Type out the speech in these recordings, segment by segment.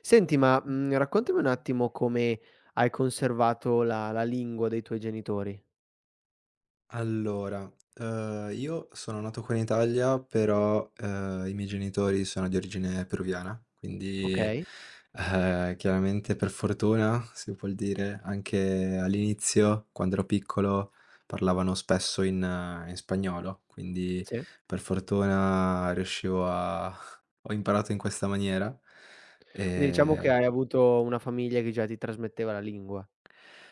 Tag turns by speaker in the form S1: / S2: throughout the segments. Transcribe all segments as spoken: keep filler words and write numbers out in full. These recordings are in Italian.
S1: Senti, ma, mhmm, raccontami un attimo come hai conservato la la lingua dei tuoi genitori,
S2: Allora, ehm, io sono nato qua in Italia, però, ehm, i miei genitori sono di origine peruviana, quindi,
S1: okay?
S2: ehm, chiaramente per fortuna, si vuol dire, anche all'inizio, quando ero piccolo, parlavano spesso in eh, in spagnolo, quindi
S1: Sì.
S2: per fortuna riuscivo a ho imparato in questa maniera,
S1: Quindi diciamo che
S2: ehm
S1: hai avuto una famiglia che già ti trasmetteva la lingua.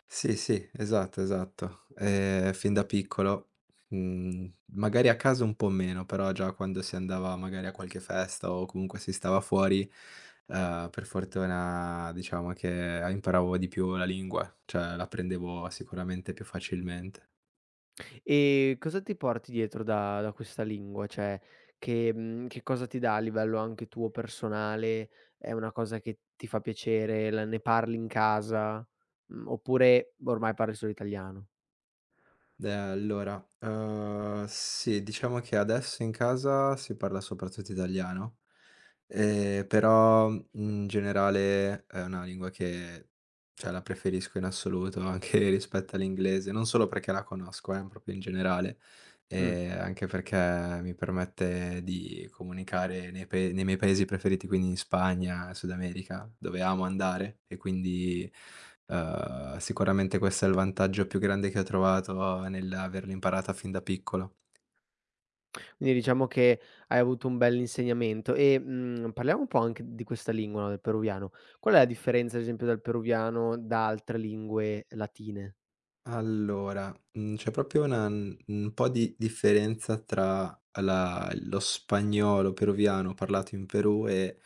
S2: Sì, sì, esatto, esatto. Ehm, fin da piccolo, mhmm, magari a casa un po' meno, però già quando si andava magari a qualche festa o comunque si stava fuori, ehm, per fortuna diciamo che imparavo di più la lingua, cioè l'aprendevo sicuramente più facilmente.
S1: E cosa ti porti dietro da da questa lingua? Cioè che mhmm, che cosa ti dà a livello anche tuo personale? È una cosa che ti fa piacere? La ne parli in casa? Mhmm, oppure ormai parli solo italiano?
S2: Beh, allora, uhm, sì, diciamo che adesso in casa si parla soprattutto italiano, ehm, però, mhmm, in generale è una lingua che cioè la preferisco in assoluto anche rispetto all'inglese, non solo perché la conosco, eh, proprio in generale.
S1: Mh.
S2: Ehm, anche perché mi permette di comunicare nei pae nei miei paesi preferiti, quindi in Spagna, Sud America, dove amo andare e quindi, uhm, sicuramente questo è il vantaggio più grande che ho trovato nell'averlo imparata fin da piccolo.
S1: Quindi diciamo che hai avuto un bell'insegnamento e, mhmm, parliamo un po' anche di questa lingua, no, del peruviano. Qual è la differenza, ad esempio, dal peruviano da altre lingue latine?
S2: Allora, mhmm, c'è proprio una n un po' di differenza tra la lo spagnolo peruviano parlato in Perù e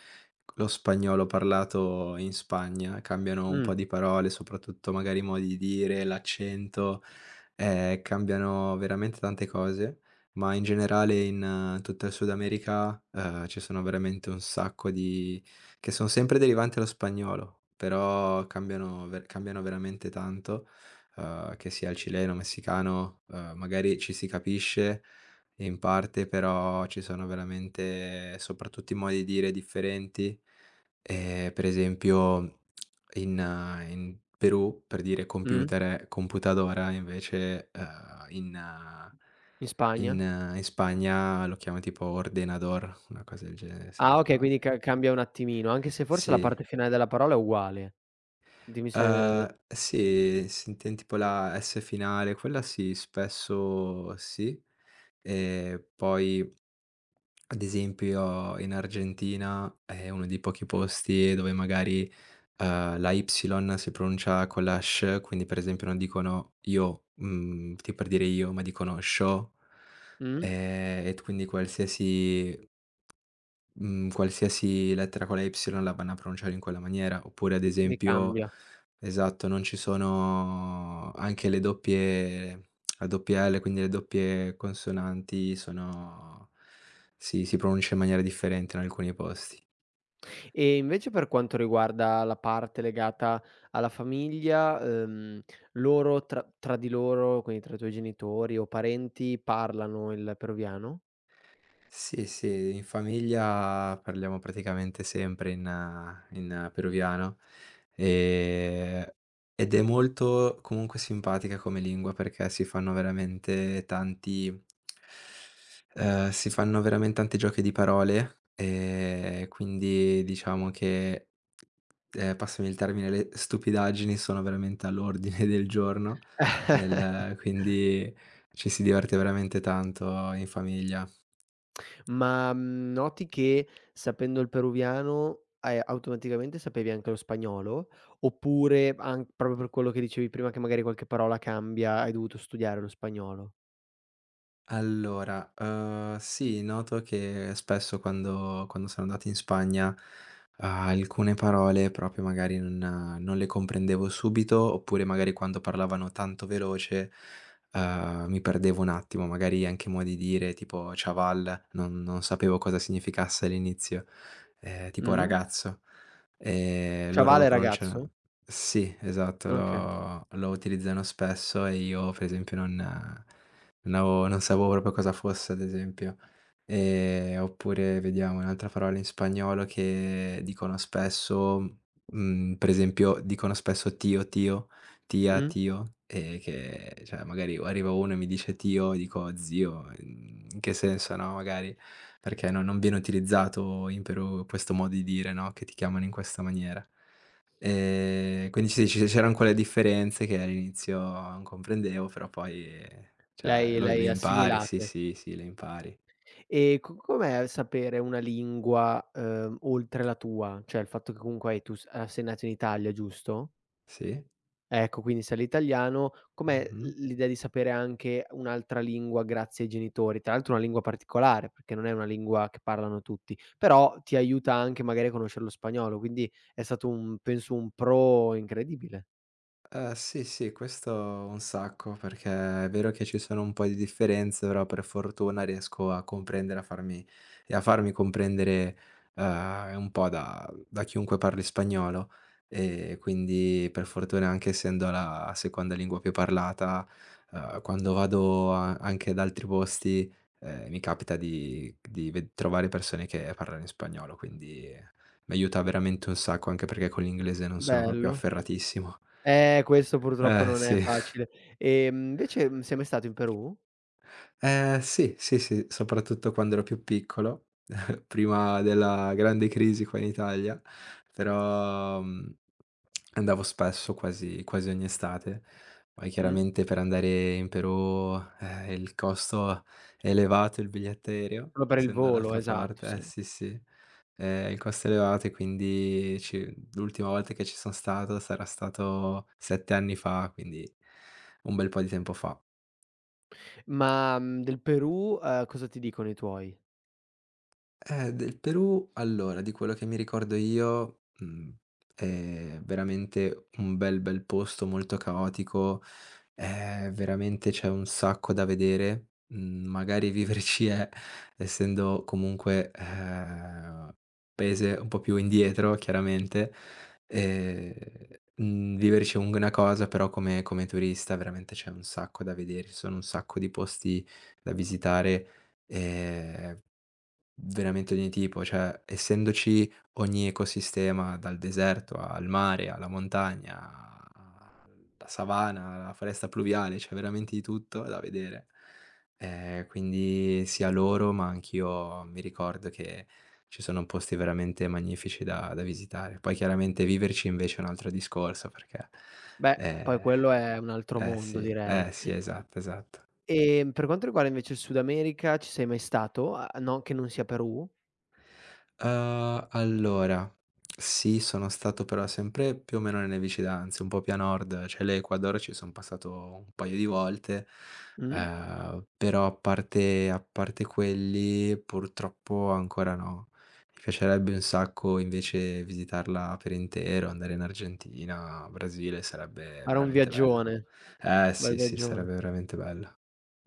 S2: lo spagnolo parlato in Spagna. Cambiano un po'
S1: Mh,
S2: di parole, soprattutto magari i modi di dire, l'accento, ehm, cambiano veramente tante cose, ma in generale in eh, tutto il Sud America, ehm, ci sono veramente un sacco di che son sempre derivanti dallo spagnolo, però cambiano ver cambiano veramente tanto, uhm, che sia il cileno, messicano, uhm, magari ci si capisce in parte, però ci sono veramente soprattutto i modi di dire differenti. Ehm, per esempio in eh, in Perù, per dire
S1: mh,
S2: computer è computadora, invece, uhm, in eh,
S1: in
S2: in
S1: Spagna?
S2: eh, in Spagna lo chiama tipo ordenador, una cosa del genere se non
S1: Ah, okay, quindi
S2: sbaglio.
S1: ca cambia un attimino, anche se forse la
S2: Sì.
S1: parte finale della parola è uguale. Dimmi se
S2: Ehm, sì, se intendi tipo la S finale, quella sì, spesso sì. Ehm, poi ad esempio in Argentina è uno dei pochi posti dove magari, ehm, la Y si pronuncia con la sh, quindi per esempio non dicono io, mhmm, tipo per dire io, ma dicono sho,
S1: mh?
S2: ehm, e t quindi qualsiasi mhmm, qualsiasi lettera con la Y la vanno a pronunciare in quella maniera, oppure ad
S1: Quindi
S2: esempio
S1: cambia.
S2: esatto, non ci sono anche le doppie la doppia L, quindi le doppie consonanti sono si si pronuncia in maniera differente in alcuni posti.
S1: E invece per quanto riguarda la parte legata alla famiglia, ehm, loro tra tra di loro, quindi tra i tuoi genitori o parenti, parlano il peruviano?
S2: Sì, sì, in famiglia parliamo praticamente sempre in eh, in peruviano, ehm, ed è molto comunque simpatica come lingua perché si fanno veramente tanti ehm, si fanno veramente tanti giochi di parole, ehm, quindi diciamo che, ehm, passami il termine, le stupidaggini sono veramente all'ordine del giorno nel quindi ci si diverte veramente tanto in famiglia.
S1: Ma, mhmm, noti che sapendo il peruviano, hai automaticamente sapevi anche lo spagnolo? Oppure an proprio per quello che dicevi prima che magari qualche parola cambia, hai dovuto studiare lo spagnolo?
S2: Allora, uhm, sì, noto che spesso quando quando sono andato in Spagna, uhm, alcune parole proprio magari non non le comprendevo subito, oppure magari quando parlavano tanto veloce, uhm, mi perdevo un attimo, magari anche modi di dire tipo chaval, non non sapevo cosa significasse all'inizio, ehm, tipo
S1: Mh?
S2: ragazzo, ehm, loro
S1: Chaval
S2: lo
S1: è
S2: pronunciano
S1: ragazzo?
S2: sì, esatto,
S1: Okay.
S2: lo lo utilizzano spesso e io per esempio non non avevo non sapevo proprio cosa fosse, ad esempio. Ehm, oppure vediamo un'altra parola in spagnolo che dicono spesso, mhmm, per esempio dicono spesso "tío, tío", "tía,
S1: Mh.
S2: tío", ehm, che cioè magari arriva uno e mi dice: "Tío", dico: "Zio", mhmm, in che senso, no, magari, perché no non viene utilizzato in Perù questo modo di dire, no, che ti chiamano in questa maniera. Ehm, quindi sì, ci c'eran quelle differenze che all'inizio non comprendevo, però poi, eh, cioè
S1: L'hai
S2: lo le
S1: l'hai
S2: impari, sì,
S1: assimilate.
S2: sì, sì, le impari.
S1: E co com'è sapere una lingua, uhm, oltre la tua? Cioè il fatto che comunque hai tu s ehm, sei nato in Italia, giusto?
S2: Sì,
S1: Ecco, quindi se l'italiano com'è
S2: mh-mh.
S1: l l'idea di sapere anche un'altra lingua grazie ai genitori? Tra l'altro una lingua particolare, perché non è una lingua che parlano tutti, però ti aiuta anche magari a conoscere lo spagnolo, quindi è stato un penso un pro incredibile.
S2: Ehm, sì, sì, questo un sacco, perché è vero che ci sono un po' di differenze, però per fortuna riesco a comprendere, a farmi e a farmi comprendere, ehm, un po' da da chiunque parli spagnolo. E quindi per fortuna, anche essendo la seconda lingua più parlata, ehm, quando vado a anche ad altri posti, ehm, mi capita di di ve trovare persone che parlano in spagnolo, quindi mi aiuta veramente un sacco, anche perché con l'inglese non sono proprio
S1: Bello.
S2: afferratissimo.
S1: Eh, questo purtroppo
S2: Eh
S1: non è
S2: sì,
S1: facile. Ehm, invece, mhmm, sei mai stato in Perù?
S2: ehm, sì, sì, sì, soprattutto quando ero più piccolo, prima della grande crisi qua in Italia, però, mhmm, andavo spesso, quasi quasi ogni estate. Poi
S1: Mh?
S2: chiaramente per andare in Perù, eh, il costo è elevato, il biglietto aereo,
S1: Solo per il
S2: essendo
S1: volo,
S2: dall'altra
S1: esatto,
S2: parte eh
S1: sì.
S2: sì, sì, ehm, il costo è elevato e quindi ci l'ultima volta che ci son stato sarà stato sette anni fa, quindi un bel po' di tempo fa.
S1: Ma, mhmm, del Perù, uhm, cosa ti dicono i tuoi?
S2: Eh, del Perù, allora, di quello che mi ricordo io, mhmm, è veramente un bel, bel posto, molto caotico, ehm, veramente c'è un sacco da vedere, mhmm, magari viverci è essendo comunque, ehm, paese un po' più indietro chiaramente, ehm, mhmm, viverci è un una cosa, però come come turista veramente c'è un sacco da vedere, ci sono un sacco di posti da visitare, ehm Veramente ogni tipo, cioè essendoci ogni ecosistema, dal deserto al mare, alla montagna, alla savana, alla foresta pluviale, c'è veramente di tutto da vedere. Ehm, quindi sia loro, ma anch'io mi ricordo che ci sono posti veramente magnifici da da visitare. Poi chiaramente viverci invece è un altro discorso perché,
S1: Beh, poi
S2: ehm
S1: quello è un altro
S2: eh sì,
S1: mondo direi.
S2: eh sì, esatto, esatto.
S1: Ehm, per quanto riguarda invece il Sud America, ci sei mai stato? A no, che non sia Perù?
S2: Uhm, allora, sì, sono stato però sempre più o meno nelle vicinanze, un po' più a nord, cioè l'Ecuador ci son passato un paio di volte,
S1: Mh?
S2: uhm, però a parte a parte quelli purtroppo ancora no. Mi piacerebbe un sacco invece visitarla per intero, andare in Argentina, Brasile, sarebbe
S1: Era un
S2: veramente bello.
S1: viaggione,
S2: Eh
S1: bel
S2: sì, sì,
S1: viaggione.
S2: sarebbe veramente bello.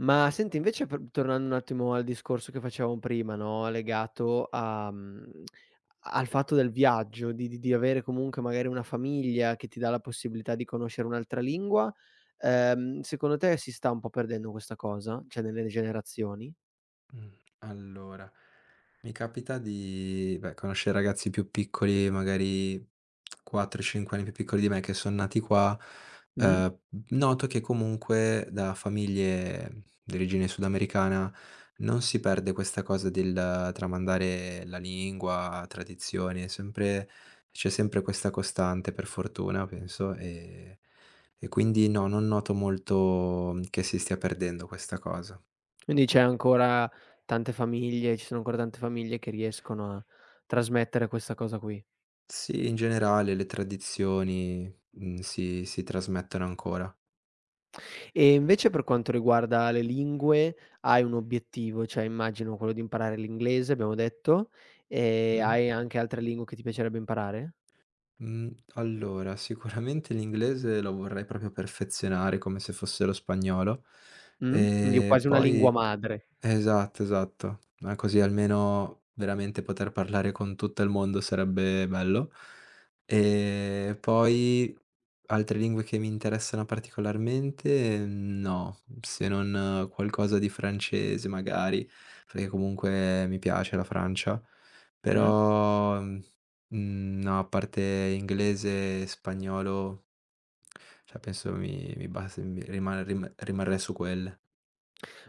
S1: Ma senti invece per tornando un attimo al discorso che facevamo prima, no, legato a mhmm, al fatto del viaggio, di di di avere comunque magari una famiglia che ti dà la possibilità di conoscere un'altra lingua, ehm, secondo te si sta un po' perdendo questa cosa? Cioè nelle generazioni?
S2: Mh, allora, mi capita di, beh, conoscere ragazzi più piccoli, magari quattro, cinque anni più piccoli di me che son nati qua,
S1: Mh?
S2: ehm, noto che comunque da famiglie di origine sudamericana non si perde questa cosa del tramandare la lingua, tradizioni, è sempre c'è sempre questa costante per fortuna penso, ehm, e quindi no, non noto molto che si stia perdendo questa cosa.
S1: Quindi c'è ancora tante famiglie ci sono ancora tante famiglie che riescono a trasmettere questa cosa qui.
S2: Sì, in generale le tradizioni, mhmm, si si trasmettono ancora.
S1: E invece per quanto riguarda le lingue, hai un obiettivo, cioè immagino quello di imparare l'inglese, abbiamo detto, e
S2: Mh-mh.
S1: hai anche altre lingue che ti piacerebbe imparare?
S2: Mhmm, allora sicuramente l'inglese lo vorrei proprio perfezionare come se fosse lo spagnolo,
S1: Mh? Quindi
S2: e
S1: quasi una lingua
S2: poi.
S1: madre.
S2: Esatto, esatto. Ma così almeno veramente poter parlare con tutto il mondo sarebbe bello. E poi altre lingue che mi interessano particolarmente, no, se non qualcosa di francese magari, perché comunque mi piace la Francia,
S1: Mh?
S2: però, mhmm, no, a parte inglese e spagnolo, cioè penso mi mi basta mi rimane rim rimarrei su quelle.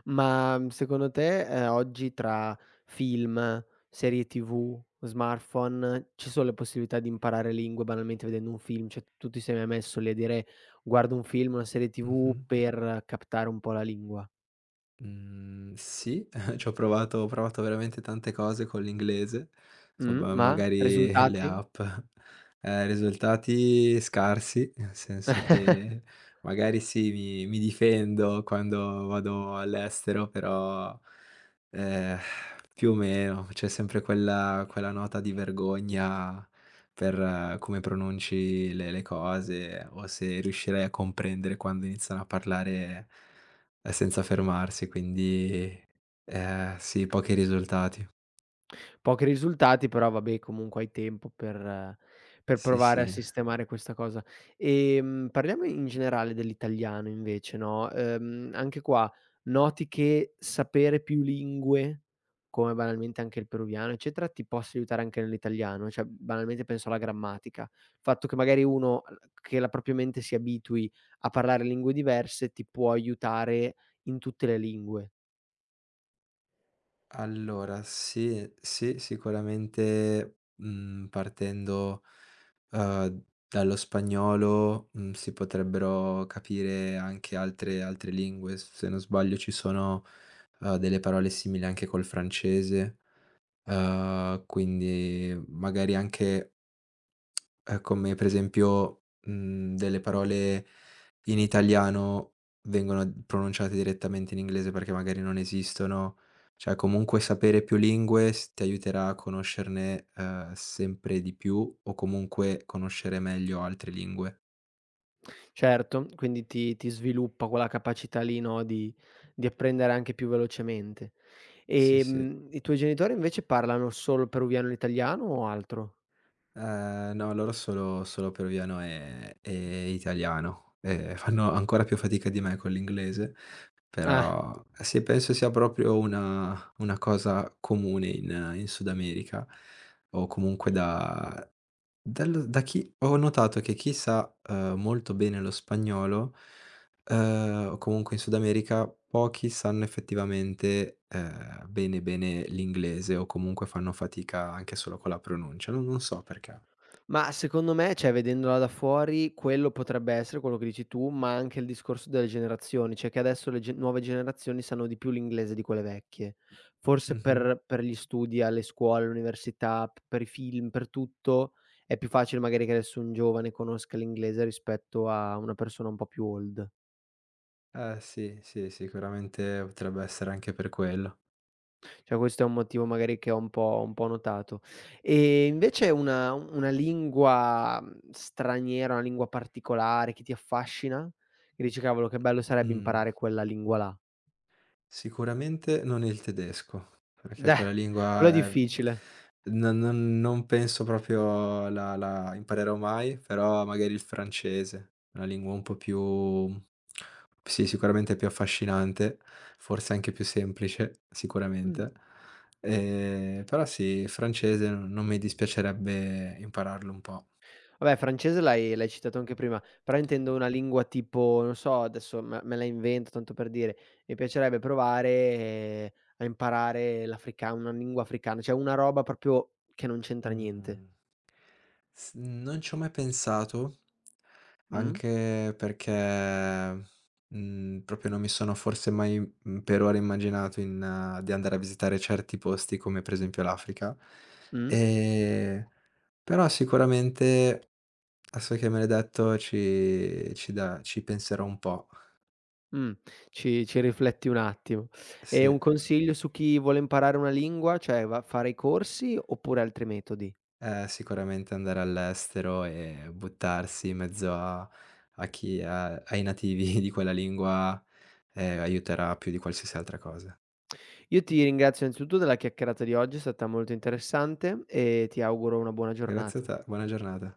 S1: Ma, mhmm, secondo te, ehm, oggi tra film, serie ti vu, smartphone, ci sono le possibilità di imparare lingue banalmente vedendo un film? Cioè, tu ti sei mai messo lì a dire: "Guardo un film, una serie
S2: Mh-mh.
S1: ti vu per captare un po' la lingua."
S2: Mhmm, sì, c'ho provato ho provato veramente tante cose con l'inglese,
S1: Mh,
S2: insomma
S1: ma
S2: magari le
S1: risultati?
S2: app, ehm, risultati scarsi, nel senso che magari sì, mi mi difendo quando vado all'estero, però, ehm, più o meno c'è sempre quella quella nota di vergogna per eh, come pronunci le le cose o se riuscirei a comprendere quando iniziano a parlare eh, senza fermarsi, quindi, ehm, sì, pochi risultati.
S1: Pochi risultati, però vabbè comunque hai tempo per per
S2: Sì,
S1: provare a
S2: sì.
S1: sistemare questa cosa. Ehm, parliamo in generale dell'italiano invece, no, ehm, anche qua noti che sapere più lingue, come banalmente anche il peruviano eccetera, ti possa aiutare anche nell'italiano? Cioè banalmente penso alla grammatica. Il fatto che magari uno l che la propria mente si abitui a parlare lingue diverse ti può aiutare in tutte le lingue.
S2: Allora, sì, sì, sicuramente, mhmm, partendo, uhm, dallo spagnolo, mhmm, si potrebbero capire anche altre altre lingue. S Se non sbaglio ci sono, uhm, delle parole simili anche col francese, uhm, quindi magari anche. Ehm, come per esempio, mhmm, delle parole in italiano vengono pronunciate direttamente in inglese perché magari non esistono. Cioè comunque sapere più lingue s ti aiuterà a conoscerne, ehm, sempre di più o comunque conoscere meglio altre lingue.
S1: Certo, quindi ti ti sviluppa quella capacità lì, no, di di apprendere anche più velocemente.
S2: Sì, sì.
S1: Ehm, i tuoi genitori invece parlano solo peruviano e italiano o altro?
S2: Ehm, no, loro solo solo peruviano e e italiano, e fanno ancora più fatica di me con l'inglese,
S1: Ah,
S2: però eh, sì, penso sia proprio una una cosa comune in in Sud America o comunque da dal da chi ho notato che chi sa, ehm, molto bene lo spagnolo, ehm, o comunque in Sud America, pochi sanno effettivamente, ehm, bene bene l'inglese o comunque fanno fatica anche solo con la pronuncia, non non so perché.
S1: ma secondo me, cioè vedendola da fuori, quello potrebbe essere quello che dici tu, ma anche il discorso delle generazioni, cioè che adesso le ge- nuove generazioni sanno di più l'inglese di quelle vecchie. Forse
S2: Mh-mh.
S1: per, per gli studi alle scuole, all'università, p- per i film, per tutto, è più facile magari che adesso un giovane conosca l'inglese rispetto a una persona un po' più old.
S2: Eh sì, sì, sicuramente potrebbe essere anche per quello.
S1: Cioè questo è un motivo magari che ho un po' un po' notato. E invece una una lingua, mhmm, straniera, una lingua particolare che ti affascina? Che dici: "Cavolo che bello sarebbe
S2: Mh,
S1: imparare quella lingua là."
S2: Sicuramente non il tedesco, perché quella
S1: Deh, quello è
S2: lingua, ehm,
S1: difficile.
S2: non non non penso proprio la la imparerò mai, però magari il francese, una lingua un po' più sì, sicuramente più affascinante, forse anche più semplice,
S1: Mh.
S2: sicuramente. Ehm, però sì, il francese non non mi dispiacerebbe impararlo un po'.
S1: Vabbè, francese l'hai l'hai citato anche prima, però intendo una lingua tipo, non so adesso me me la invento tanto per dire, mi piacerebbe provare eh, a imparare l'africa una lingua africana, cioè una roba proprio che non c'entra niente.
S2: Mhmm, s Non ci ho mai pensato,
S1: Mh?
S2: anche perché, mhmm, proprio non mi sono forse mai, mhmm, per ora immaginato in eh, di andare a visitare certi posti come per esempio l'Africa.
S1: Mh?
S2: Ehm, Però sicuramente adesso che me l'hai detto ci ci da ci penserò un po',
S1: Mh, ci ci rifletti un attimo. E
S2: sì.
S1: un consiglio su chi vuole imparare una lingua, cioè va a fare i corsi oppure altri metodi?
S2: Eh, sicuramente andare all'estero e buttarsi in mezzo a a chi a ai nativi di quella lingua, ehm, aiuterà più di qualsiasi altra cosa.
S1: Io ti ringrazio innanzitutto della chiacchierata di oggi, è stata molto interessante e ti auguro una buona
S2: Grazie a
S1: giornata.
S2: te, buona giornata.